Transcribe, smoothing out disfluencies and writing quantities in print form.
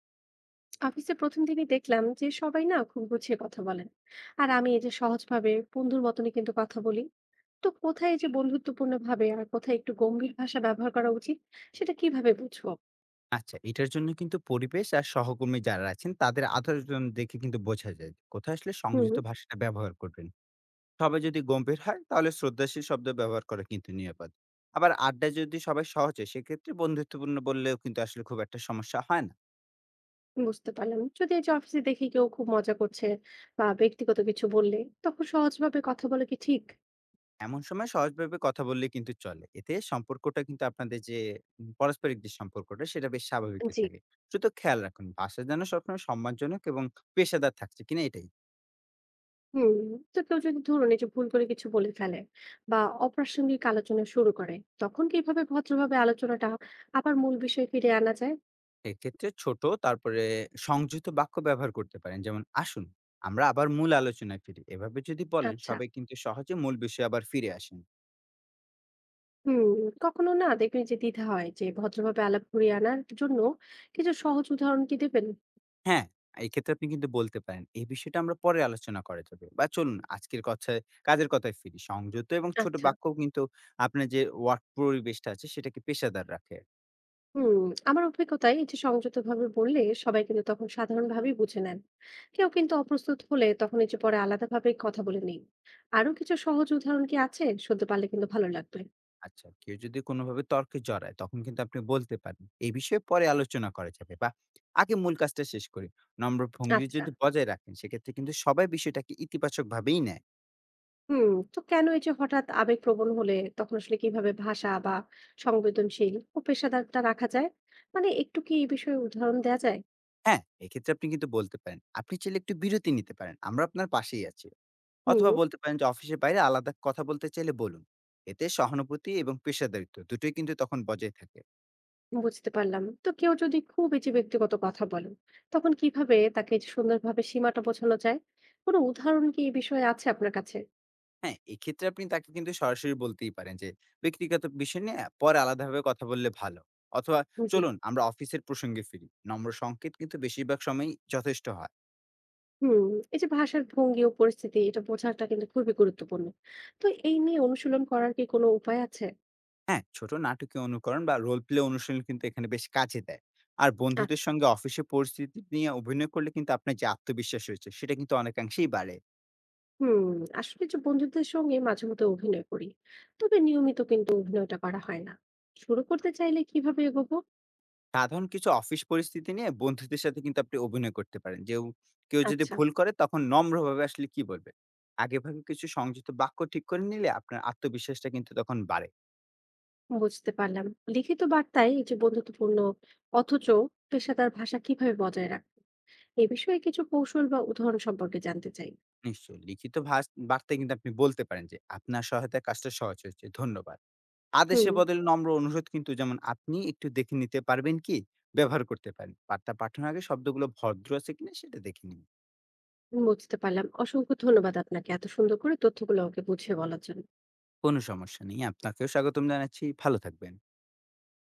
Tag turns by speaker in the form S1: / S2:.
S1: অফিসে প্রথম দিনই দেখলাম যে সবাই না খুব গুছিয়ে কথা বলেন। আর আমি এই যে সহজভাবে বন্ধুর মতনই কিন্তু কথা বলি। তো কোথায় এই যে বন্ধুত্বপূর্ণ ভাবে আর কোথায় একটু গম্ভীর ভাষা ব্যবহার করা উচিত, সেটা কিভাবে বুঝবো?
S2: আচ্ছা, এটার জন্য কিন্তু পরিবেশ আর সহকর্মী যারা আছেন তাদের আচরণ দেখে কিন্তু বোঝা যায় যে কোথায় আসলে
S1: হুম।
S2: সংযত ভাষাটা ব্যবহার করবেন। সবাই যদি গম্ভীর হয় তাহলে শ্রদ্ধাশীল শব্দ ব্যবহার করা কিন্তু নিরাপদ। আবার আড্ডায় যদি সবাই সহজ হয় সেক্ষেত্রে বন্ধুত্বপূর্ণ বললেও কিন্তু আসলে খুব একটা সমস্যা হয় না।
S1: বুঝতে পারলাম, যদি এই যে অফিসে দেখি কেউ খুব মজা করছে বা ব্যক্তিগত কিছু বললে, তখন সহজভাবে কথা বলে কি ঠিক?
S2: এমন সময় সহজভাবে কথা বললে কিন্তু চলে। এতে সম্পর্কটা কিন্তু আপনাদের যে পারস্পরিক যে সম্পর্কটা সেটা বেশ স্বাভাবিকই
S1: জি।
S2: থাকে। শুধু খেয়াল রাখুন ভাষা যেন সবসময় সম্মানজনক এবং পেশাদার থাকছে কিনা এটাই।
S1: হুম। তো কেউ যদি ধরুন এই যে ভুল করে কিছু বলে ফেলে বা অপ্রাসঙ্গিক আলোচনা শুরু করে, তখন কিভাবে ভদ্রভাবে আলোচনাটা আবার মূল বিষয়ে ফিরে আনা যায়?
S2: এক্ষেত্রে ছোট তারপরে সংযুক্ত বাক্য ব্যবহার করতে পারেন যেমন আসুন আমরা আবার মূল আলোচনায় ফিরি এভাবে যদি বলেন
S1: আচ্ছা।
S2: সবাই কিন্তু সহজে মূল বিষয়ে আবার ফিরে আসেন।
S1: হুম, কখনো না দেখবেন যে দ্বিধা হয়, যে ভদ্রভাবে আলাপ ঘুরিয়ে আনার জন্য কিছু সহজ উদাহরণ কি দেবেন?
S2: হ্যাঁ, এই ক্ষেত্রে আপনি কিন্তু বলতে পারেন এই বিষয়টা আমরা পরে আলোচনা করা যাবে বা চলুন আজকের কথায় কাজের কথায় ফিরি সংযুক্ত এবং ছোট
S1: আচ্ছা।
S2: বাক্য কিন্তু আপনার যে ওয়ার্ক পরিবেশটা আছে সেটাকে পেশাদার রাখে।
S1: হুম। আমার অভিজ্ঞতায় এই যে সংযত ভাবে বললে সবাই কিন্তু তখন সাধারণভাবেই বুঝে নেন। কেউ কিন্তু অপ্রস্তুত হলে তখন এই যে পরে আলাদাভাবে কথা বলে নেই। আরো কিছু সহজ উদাহরণ কি আছে, শুনতে পারলে কিন্তু ভালো লাগবে।
S2: আচ্ছা, কেউ যদি কোনোভাবে তর্কে জড়ায় তখন কিন্তু আপনি বলতে পারেন, "এই বিষয়ে পরে আলোচনা করা যাবে" বা "আগে মূল কাজটা শেষ করি।" নম্র ভঙ্গি
S1: আচ্ছা।
S2: যদি বজায় রাখেন সেক্ষেত্রে কিন্তু সবাই বিষয়টাকে ইতিবাচকভাবেই নেয়।
S1: হুম। তো কেন এই যে হঠাৎ আবেগপ্রবণ হলে তখন আসলে কিভাবে ভাষা বা সংবেদনশীল ও পেশাদারটা রাখা যায়, মানে একটু কি এই বিষয়ে উদাহরণ দেওয়া যায়?
S2: হ্যাঁ, এক্ষেত্রে আপনি কিন্তু বলতে পারেন, "আপনি চাইলে একটু বিরতি নিতে পারেন। আমরা আপনার পাশেই আছি।"
S1: হুম।
S2: অথবা বলতে পারেন যে, "অফিসের বাইরে আলাদা কথা বলতে চাইলে বলুন।" এতে সহানুভূতি এবং পেশাদারিত্ব দুটোই কিন্তু তখন বজায় থাকে।
S1: বুঝতে পারলাম। তো কেউ যদি খুব এই যে ব্যক্তিগত কথা বলেন, তখন কিভাবে তাকে এই যে সুন্দরভাবে সীমাটা বোঝানো যায়? কোনো উদাহরণ কি এই বিষয়ে আছে আপনার কাছে?
S2: হ্যাঁ, এক্ষেত্রে আপনি তাকে কিন্তু সরাসরি বলতেই পারেন যে, "ব্যক্তিগত বিষয় নিয়ে পরে আলাদাভাবে কথা বললে ভালো।" অথবা,
S1: জি।
S2: "চলুন আমরা অফিসের প্রসঙ্গে ফিরি।" নম্র সংকেত কিন্তু বেশিরভাগ সময়ই যথেষ্ট হয়।
S1: হুম, এই যে ভাষার ভঙ্গি ও পরিস্থিতি এটা বোঝাটা কিন্তু খুবই গুরুত্বপূর্ণ। তো এই নিয়ে অনুশীলন করার কি কোনো উপায় আছে?
S2: হ্যাঁ, ছোট নাটকীয় অনুকরণ বা রোল প্লে অনুশীলন কিন্তু এখানে বেশ কাজে দেয়। আর বন্ধুদের
S1: আচ্ছা।
S2: সঙ্গে অফিসের পরিস্থিতি নিয়ে অভিনয় করলে কিন্তু আপনার যে আত্মবিশ্বাস রয়েছে, সেটা কিন্তু অনেকাংশেই বাড়ে।
S1: হুম, আসলে যে বন্ধুদের সঙ্গে মাঝে মধ্যে অভিনয় করি। তবে নিয়মিত কিন্তু অভিনয়টা করা হয় না। শুরু করতে চাইলে কিভাবে এগোবো?
S2: সাধারণ কিছু অফিস পরিস্থিতি নিয়ে বন্ধুদের সাথে কিন্তু আপনি অভিনয় করতে পারেন। কেউ যদি
S1: আচ্ছা।
S2: ভুল করে তখন নম্রভাবে আসলে কি বলবে? আগেভাগে কিছু সংযত বাক্য ঠিক করে নিলে আপনার আত্মবিশ্বাসটা কিন্তু তখন বাড়ে।
S1: বুঝতে পারলাম। লিখিত বার্তায় এই যে বন্ধুত্বপূর্ণ অথচ পেশাদার ভাষা কিভাবে বজায় রাখবো? এ বিষয়ে কিছু কৌশল বা উদাহরণ সম্পর্কে জানতে চাই।
S2: নিশ্চয়ই লিখিত ভাষ বার্তায় কিন্তু আপনি বলতে পারেন যে, "আপনার সহায়তায় কাজটা সহজ হয়েছে। ধন্যবাদ।"
S1: হুম,
S2: আদেশের বদলে নম্র অনুরোধ কিন্তু যেমন, "আপনি একটু দেখে নিতে পারবেন কি?" ব্যবহার করতে পারেন। বার্তা পাঠানোর আগে শব্দগুলো ভদ্র আছে কিনা সেটা দেখে নিন।
S1: বুঝতে পারলাম। অসংখ্য ধন্যবাদ আপনাকে এত সুন্দর করে তথ্যগুলো আমাকে বুঝিয়ে বলার জন্য।
S2: কোনো সমস্যা নেই। আপনাকেও স্বাগতম জানাচ্ছি। ভালো থাকবেন।